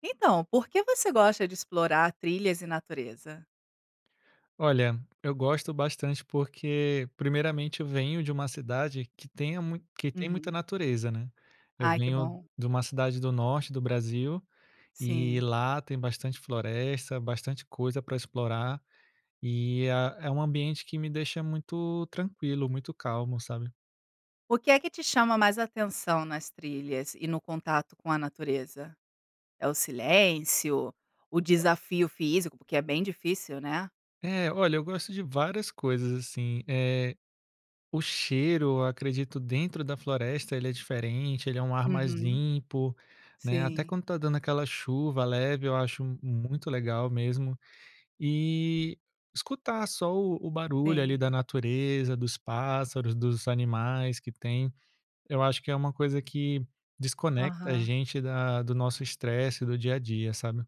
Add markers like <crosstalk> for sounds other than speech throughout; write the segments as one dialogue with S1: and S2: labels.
S1: Então, por que você gosta de explorar trilhas e natureza?
S2: Olha, eu gosto bastante porque, primeiramente, eu venho de uma cidade que tem muita
S1: Uhum.
S2: natureza, né. Eu
S1: Ai, que
S2: venho
S1: bom.
S2: de uma cidade do norte do Brasil, e
S1: Sim.
S2: lá tem bastante floresta, bastante coisa para explorar, e a é um ambiente que me deixa muito tranquilo, muito calmo, sabe.
S1: O que é que te chama mais atenção nas trilhas e no contato com a natureza? É o silêncio? O desafio físico? Porque é bem difícil, né?
S2: É, olha, eu gosto de várias coisas, assim, o cheiro, eu acredito, dentro da floresta ele é diferente, ele é um ar mais
S1: Uhum.
S2: limpo, né, até
S1: Sim,
S2: quando tá dando aquela chuva leve, eu acho muito legal mesmo. E escutar só o barulho
S1: sim.
S2: ali da natureza, dos pássaros, dos animais que tem, eu acho que é uma coisa que desconecta a
S1: Aham.
S2: gente da do nosso estresse do dia a dia, sabe.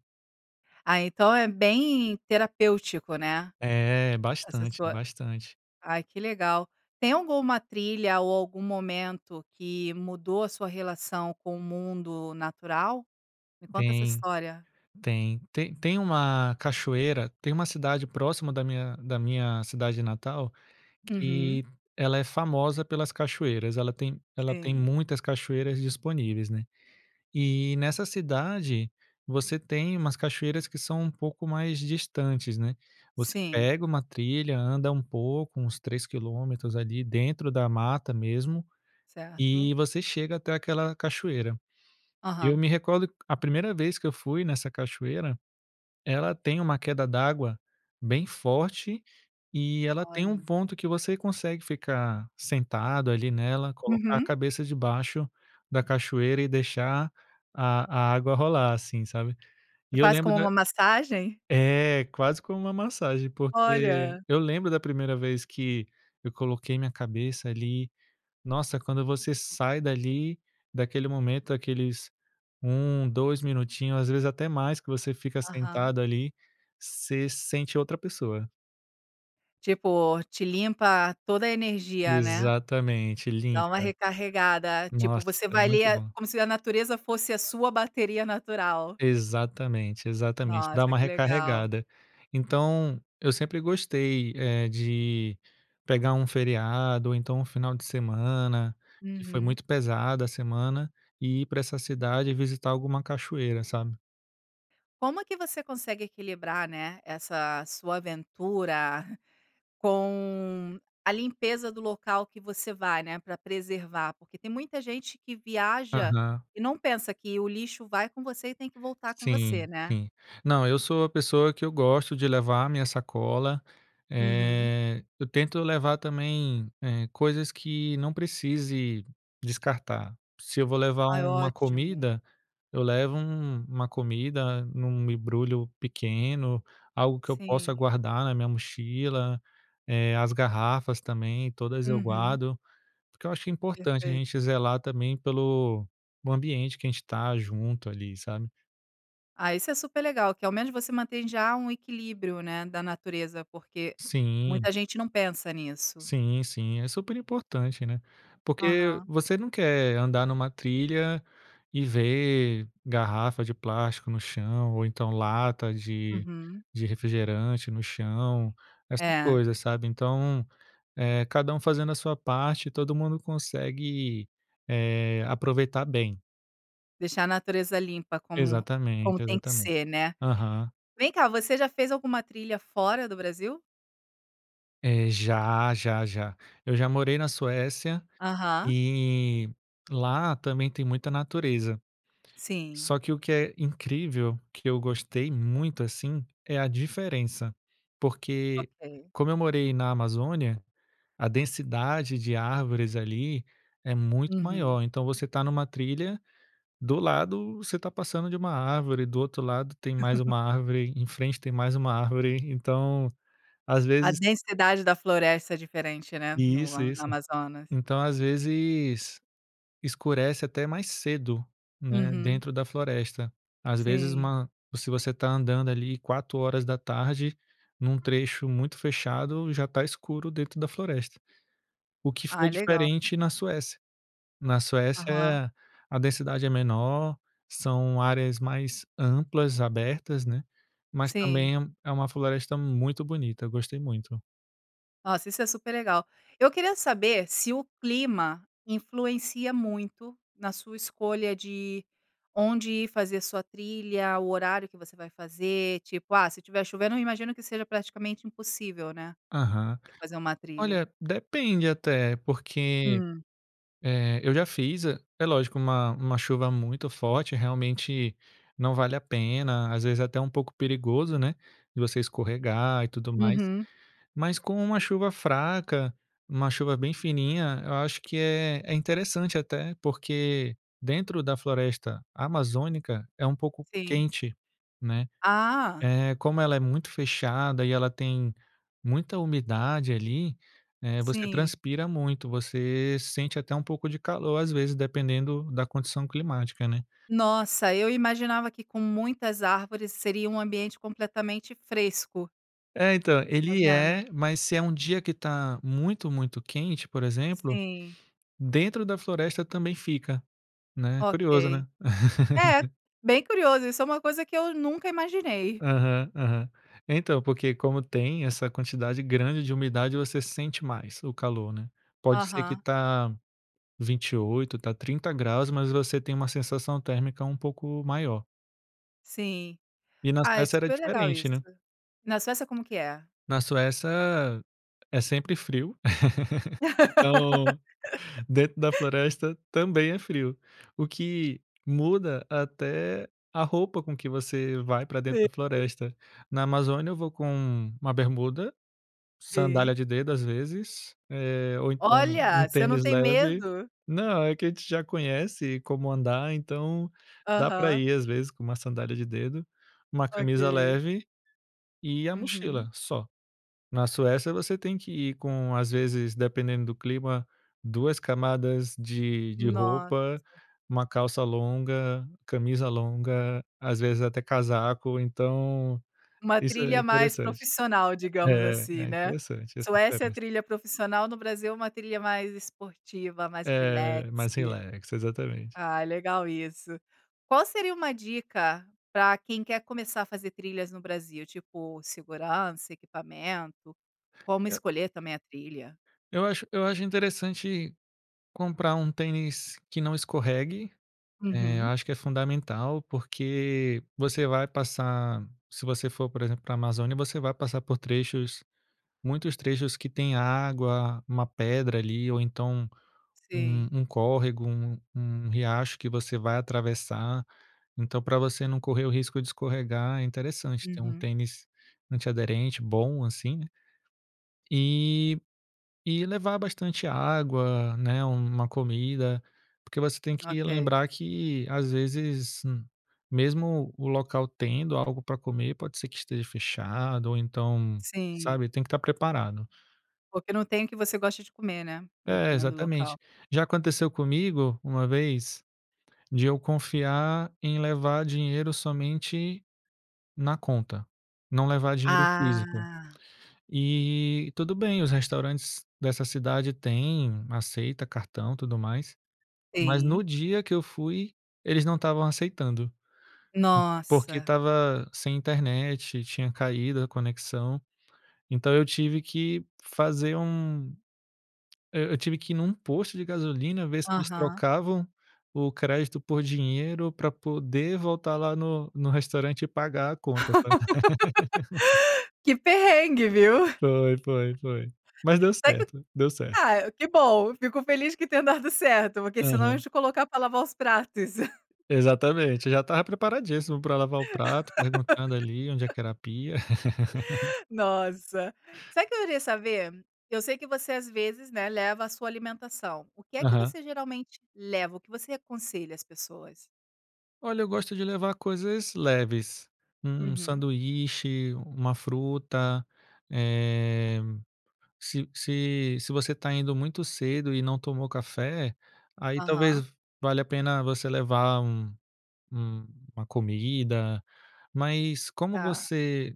S1: Ah, então é bem terapêutico, né?
S2: É,
S1: Essa
S2: bastante,
S1: sua
S2: bastante.
S1: ai, que legal. Tem alguma trilha ou algum momento que mudou a sua relação com o mundo natural? Me conta essa
S2: Tem,
S1: história.
S2: Tem, uma cachoeira, tem uma cidade próxima da minha cidade natal
S1: Uhum.
S2: que ela é famosa pelas cachoeiras, ela tem
S1: Sim,
S2: muitas cachoeiras disponíveis, né. E nessa cidade, você tem umas cachoeiras que são um pouco mais distantes, né. Você
S1: sim,
S2: pega uma trilha, anda um pouco, uns 3 quilômetros ali dentro da mata mesmo, e
S1: certo.
S2: você chega até aquela cachoeira. Eu
S1: Aham.
S2: me recordo a primeira vez que eu fui nessa cachoeira, ela tem uma queda d'água bem forte e ela tem um
S1: Olha.
S2: ponto que você consegue ficar sentado ali nela, colocar a
S1: Uhum.
S2: cabeça debaixo da cachoeira e deixar a água rolar, assim, sabe.
S1: E
S2: E eu
S1: faz
S2: lembro
S1: como
S2: da
S1: uma massagem?
S2: É, quase como uma massagem, porque
S1: Olha.
S2: eu lembro da primeira vez que eu coloquei minha cabeça ali. Nossa, quando você sai dali, daquele momento, aqueles um, 2 minutinhos, às vezes até mais que você fica
S1: Aham.
S2: sentado ali, você sente outra pessoa.
S1: Tipo, te limpa toda a energia, né.
S2: Exatamente,
S1: Dá uma
S2: limpa.
S1: recarregada, tipo,
S2: Nossa,
S1: você
S2: é
S1: vai
S2: muito
S1: ler
S2: bom.
S1: como se a natureza fosse a sua bateria natural.
S2: Exatamente, exatamente, dá
S1: Nossa,
S2: uma
S1: que legal.
S2: recarregada. Então, eu sempre gostei, de pegar um feriado ou então um final de semana, que foi
S1: Uhum.
S2: muito pesada a semana, e ir para essa cidade e visitar alguma cachoeira, sabe.
S1: Como é que você consegue equilibrar, né, essa sua aventura <laughs> com a limpeza do local que você vai, né, para preservar, porque tem muita gente que viaja
S2: Aham.
S1: e não pensa que o lixo vai com você e tem que voltar com
S2: Sim,
S1: você, né.
S2: sim. Não, eu sou a pessoa que eu gosto de levar a minha sacola.
S1: Uhum.
S2: Eu tento levar também, coisas que não precise descartar. Se eu vou levar
S1: Ai,
S2: uma
S1: ótimo.
S2: comida, eu levo uma comida num embrulho pequeno, algo que eu possa
S1: Sim.
S2: guardar na minha mochila, as garrafas também, todas eu
S1: Uhum.
S2: guardo, porque eu acho importante a
S1: Perfeito.
S2: gente zelar também pelo o ambiente que a gente está junto ali, sabe?
S1: Ah, isso é super legal, que ao menos você mantém já um equilíbrio, né, da natureza, porque
S2: Sim,
S1: muita gente não pensa nisso.
S2: sim, sim, é super importante, né. Porque
S1: Aham.
S2: você não quer andar numa trilha e ver garrafa de plástico no chão ou então lata de
S1: Uhum.
S2: de refrigerante no chão, essas
S1: É,
S2: coisas, sabe. Então, é cada um fazendo a sua parte, todo mundo consegue, aproveitar bem.
S1: deixar a natureza limpa como
S2: Exatamente,
S1: como tem que
S2: exatamente.
S1: ser, né.
S2: Aham.
S1: Vem cá, você já fez alguma trilha fora do Brasil?
S2: Já, já, já. Eu já morei na Suécia
S1: Aham,
S2: e lá também tem muita natureza.
S1: sim.
S2: Só que o que é incrível, que eu gostei muito assim, é a diferença. Porque
S1: Ok.
S2: como eu morei na Amazônia, a densidade de árvores ali é muito
S1: Uhum.
S2: maior. Então você está numa trilha, do lado você está passando de uma árvore, do outro lado tem mais uma árvore, em frente tem mais uma árvore. Então, às
S1: A
S2: vezes.
S1: densidade da floresta é diferente, né, no
S2: Isso,
S1: a no
S2: isso.
S1: Amazonas.
S2: Então, às vezes escurece até mais cedo, né,
S1: Uhum,
S2: dentro da floresta. Às vezes
S1: sim.
S2: uma se você está andando ali 4 horas da tarde num trecho muito fechado, já está escuro dentro da floresta. O que
S1: Ah,
S2: foi
S1: é legal.
S2: diferente na Suécia. Na
S1: Aham,
S2: Suécia, a densidade é menor, são áreas mais amplas, abertas, né, mas
S1: sim.
S2: também é uma floresta muito bonita, eu gostei muito.
S1: Nossa, isso é super legal. Eu queria saber se o clima influencia muito na sua escolha de onde ir fazer sua trilha, o horário que você vai fazer, tipo, ah, se tiver chovendo, eu imagino que seja praticamente impossível, né,
S2: Aham.
S1: você fazer uma trilha.
S2: Olha, depende até, porque
S1: Hum.
S2: é, eu já fiz, é lógico, uma chuva muito forte, realmente não vale a pena, às vezes é até um pouco perigoso, né, de você escorregar e tudo mais.
S1: Uhum,
S2: Mas com uma chuva fraca, uma chuva bem fininha, eu acho que é interessante até, porque dentro da floresta amazônica é um pouco
S1: sim.
S2: quente, né.
S1: Ah,
S2: É, como ela é muito fechada e ela tem muita umidade ali, você
S1: sim.
S2: transpira muito, você sente até um pouco de calor, às vezes, dependendo da condição climática, né.
S1: Nossa, eu imaginava que com muitas árvores seria um ambiente completamente fresco,
S2: É, então,
S1: tá
S2: ele
S1: vendo?
S2: é, mas se é um dia que tá muito, muito quente, por exemplo,
S1: Sim,
S2: dentro da floresta também fica, né. Curioso,
S1: ok.
S2: né.
S1: É, bem curioso, isso é uma coisa que eu nunca imaginei.
S2: Aham, aham. Então, porque como tem essa quantidade grande de umidade, você sente mais o calor, né. Pode ser que
S1: Aham,
S2: tá 28, tá 30 graus, mas você tem uma sensação térmica um pouco maior.
S1: sim.
S2: E na
S1: Ah, é
S2: Suécia era
S1: super legal
S2: diferente,
S1: isso.
S2: né.
S1: Na Suécia como que é?
S2: Na Suécia é sempre frio, <laughs>
S1: <laughs>
S2: então dentro da floresta também é frio. O que muda até a roupa com que você vai para dentro
S1: Sim,
S2: da floresta. Na Amazônia eu vou com uma bermuda, sandália
S1: sim.
S2: de dedo, às vezes, ou então um
S1: Olha, você não
S2: tênis
S1: tem
S2: leve.
S1: medo?
S2: Não, é que a gente já conhece como andar, então dá pra
S1: Aham,
S2: ir, às vezes, com uma sandália de dedo, uma camisa
S1: ok.
S2: leve e a
S1: Uhum.
S2: mochila, só. Na Suécia você tem que ir com, às vezes, dependendo do clima, 2 camadas de
S1: Nossa.
S2: roupa, uma calça longa, camisa longa, às vezes até casaco, então
S1: Uma
S2: isso é
S1: trilha mais
S2: interessante.
S1: profissional, digamos
S2: É,
S1: assim,
S2: é
S1: né.
S2: interessante essa
S1: Suécia é
S2: diferença.
S1: trilha profissional, no Brasil é uma trilha mais esportiva, mais relax.
S2: É, mais relax, exatamente.
S1: Ah, é legal isso. Qual seria uma dica para quem quer começar a fazer trilhas no Brasil, tipo segurança, equipamento, como
S2: É.
S1: escolher também a trilha?
S2: Eu acho interessante comprar um tênis que não escorregue, eu
S1: Uhum,
S2: acho que é fundamental, porque você vai passar se você for, por exemplo, para a Amazônia, você vai passar por trechos muitos trechos que tem água, uma pedra ali, ou então um
S1: sim.
S2: um córrego, um riacho que você vai atravessar, então para você não correr o risco de escorregar, é interessante ter um
S1: Uhum,
S2: tênis antiaderente bom, assim, né, e E levar bastante água, né, uma comida, porque você tem que
S1: ok.
S2: lembrar que às vezes, mesmo o local tendo algo para comer, pode ser que esteja fechado ou então,
S1: Sim,
S2: sabe, tem que estar preparado.
S1: porque não tem o que você gosta de comer, né,
S2: É,
S1: dependendo do local.
S2: exatamente. Já aconteceu comigo uma vez de eu confiar em levar dinheiro somente na conta, não levar dinheiro físico.
S1: Ah,
S2: E tudo bem, os restaurantes dessa cidade têm, aceita cartão, tudo mais. Mas no
S1: sim.
S2: dia que eu fui, eles não estavam aceitando, porque
S1: Nossa.
S2: estava sem internet, tinha caído a conexão, então eu tive que ir num posto de gasolina, ver se eles
S1: Aham.
S2: trocavam o crédito por dinheiro para poder voltar lá no restaurante e pagar a conta, sabe.
S1: Que perrengue, viu.
S2: <laughs> Foi, foi, foi. Mas deu
S1: Até que
S2: certo, deu certo.
S1: ah, que bom, fico feliz que tenha dado certo, porque senão iam
S2: Aham.
S1: te colocar para lavar os pratos. <laughs>
S2: Exatamente, eu já estava preparadíssimo para lavar o prato, perguntando ali onde é que era a pia.
S1: Nossa. Sabe o que eu queria saber? Eu sei que você às vezes, né, leva a sua alimentação. O que é que você
S2: <laughs>
S1: geralmente leva? O que você aconselha as pessoas?
S2: Olha, eu gosto de levar coisas leves, um
S1: Uhum.
S2: sanduíche, uma fruta, eh, se você está indo muito cedo e não tomou café, aí talvez
S1: Aham.
S2: valha a pena você levar um uma comida, mas como
S1: Tá,
S2: você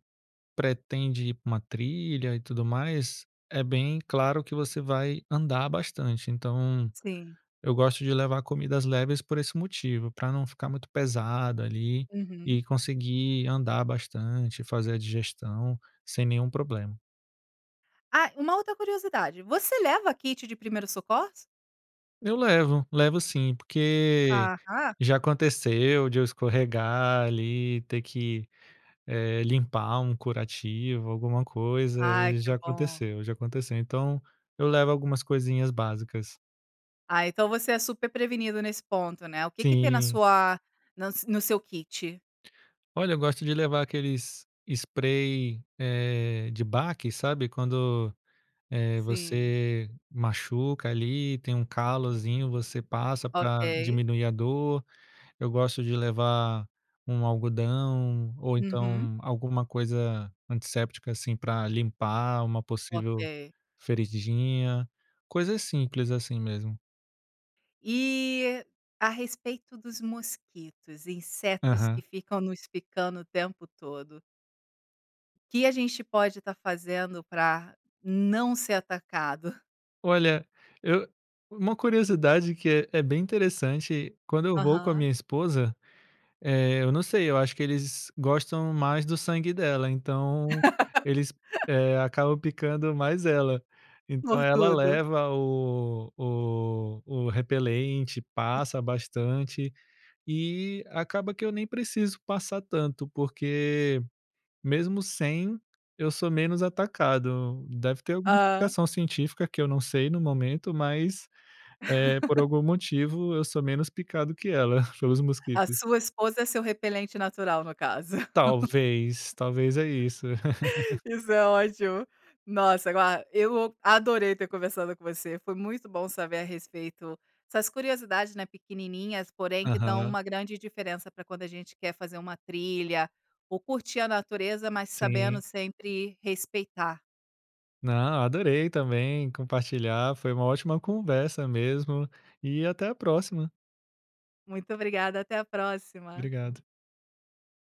S2: pretende ir para uma trilha e tudo mais, é bem claro que você vai andar bastante, então
S1: sim.
S2: eu gosto de levar comidas leves por esse motivo, para não ficar muito pesado ali
S1: Uhum.
S2: e conseguir andar bastante, fazer a digestão sem nenhum problema.
S1: Ah, uma outra curiosidade, você leva kit de primeiros socorros?
S2: Eu levo, levo sim, porque
S1: Aham.
S2: já aconteceu de eu escorregar ali, ter que, limpar um curativo, alguma coisa,
S1: Ai, que
S2: já
S1: bom.
S2: aconteceu, já aconteceu. Então, eu levo algumas coisinhas básicas.
S1: Ah, então você é super prevenido nesse ponto, né. O que que tem na
S2: Sim.
S1: sua na no seu kit?
S2: Olha, eu gosto de levar aqueles spray, de baque, sabe, quando
S1: Sim,
S2: você machuca ali, tem um calozinho, você passa para
S1: ok.
S2: diminuir a dor. Eu gosto de levar um algodão ou
S1: Uhum,
S2: então alguma coisa antisséptica, assim, para limpar uma possível
S1: ok.
S2: feridinha, coisas simples assim mesmo.
S1: E a respeito dos mosquitos, insetos que
S2: Aham.
S1: ficam nos picando o tempo todo, o que a gente pode estar fazendo para não ser atacado?
S2: Olha, eu uma curiosidade que é bem interessante, quando eu vou com a
S1: Aham.
S2: minha esposa, é, eu não sei, eu acho que eles gostam mais do sangue dela, então eles, acabam picando mais ela. Então
S1: Por
S2: ela
S1: tudo.
S2: leva o repelente, passa bastante e acaba que eu nem preciso passar tanto, porque mesmo sem, eu sou menos atacado. Deve ter alguma
S1: Hã.
S2: explicação científica que eu não sei no momento, mas, por algum motivo eu sou menos picado que ela <laughs> pelos
S1: A
S2: mosquitos.
S1: sua esposa é seu repelente natural, no caso.
S2: Talvez, talvez é isso. <laughs>
S1: Isso é ótimo. Nossa, agora eu adorei ter conversado com você. Foi muito bom saber a respeito essas curiosidades, né, pequenininhas, porém que dão
S2: Aham,
S1: uma grande diferença para quando a gente quer fazer uma trilha ou curtir a natureza, mas sabendo
S2: sim.
S1: sempre respeitar.
S2: Não, adorei também compartilhar, foi uma ótima conversa mesmo, e até a próxima.
S1: Muito obrigada, até a próxima.
S2: Obrigado.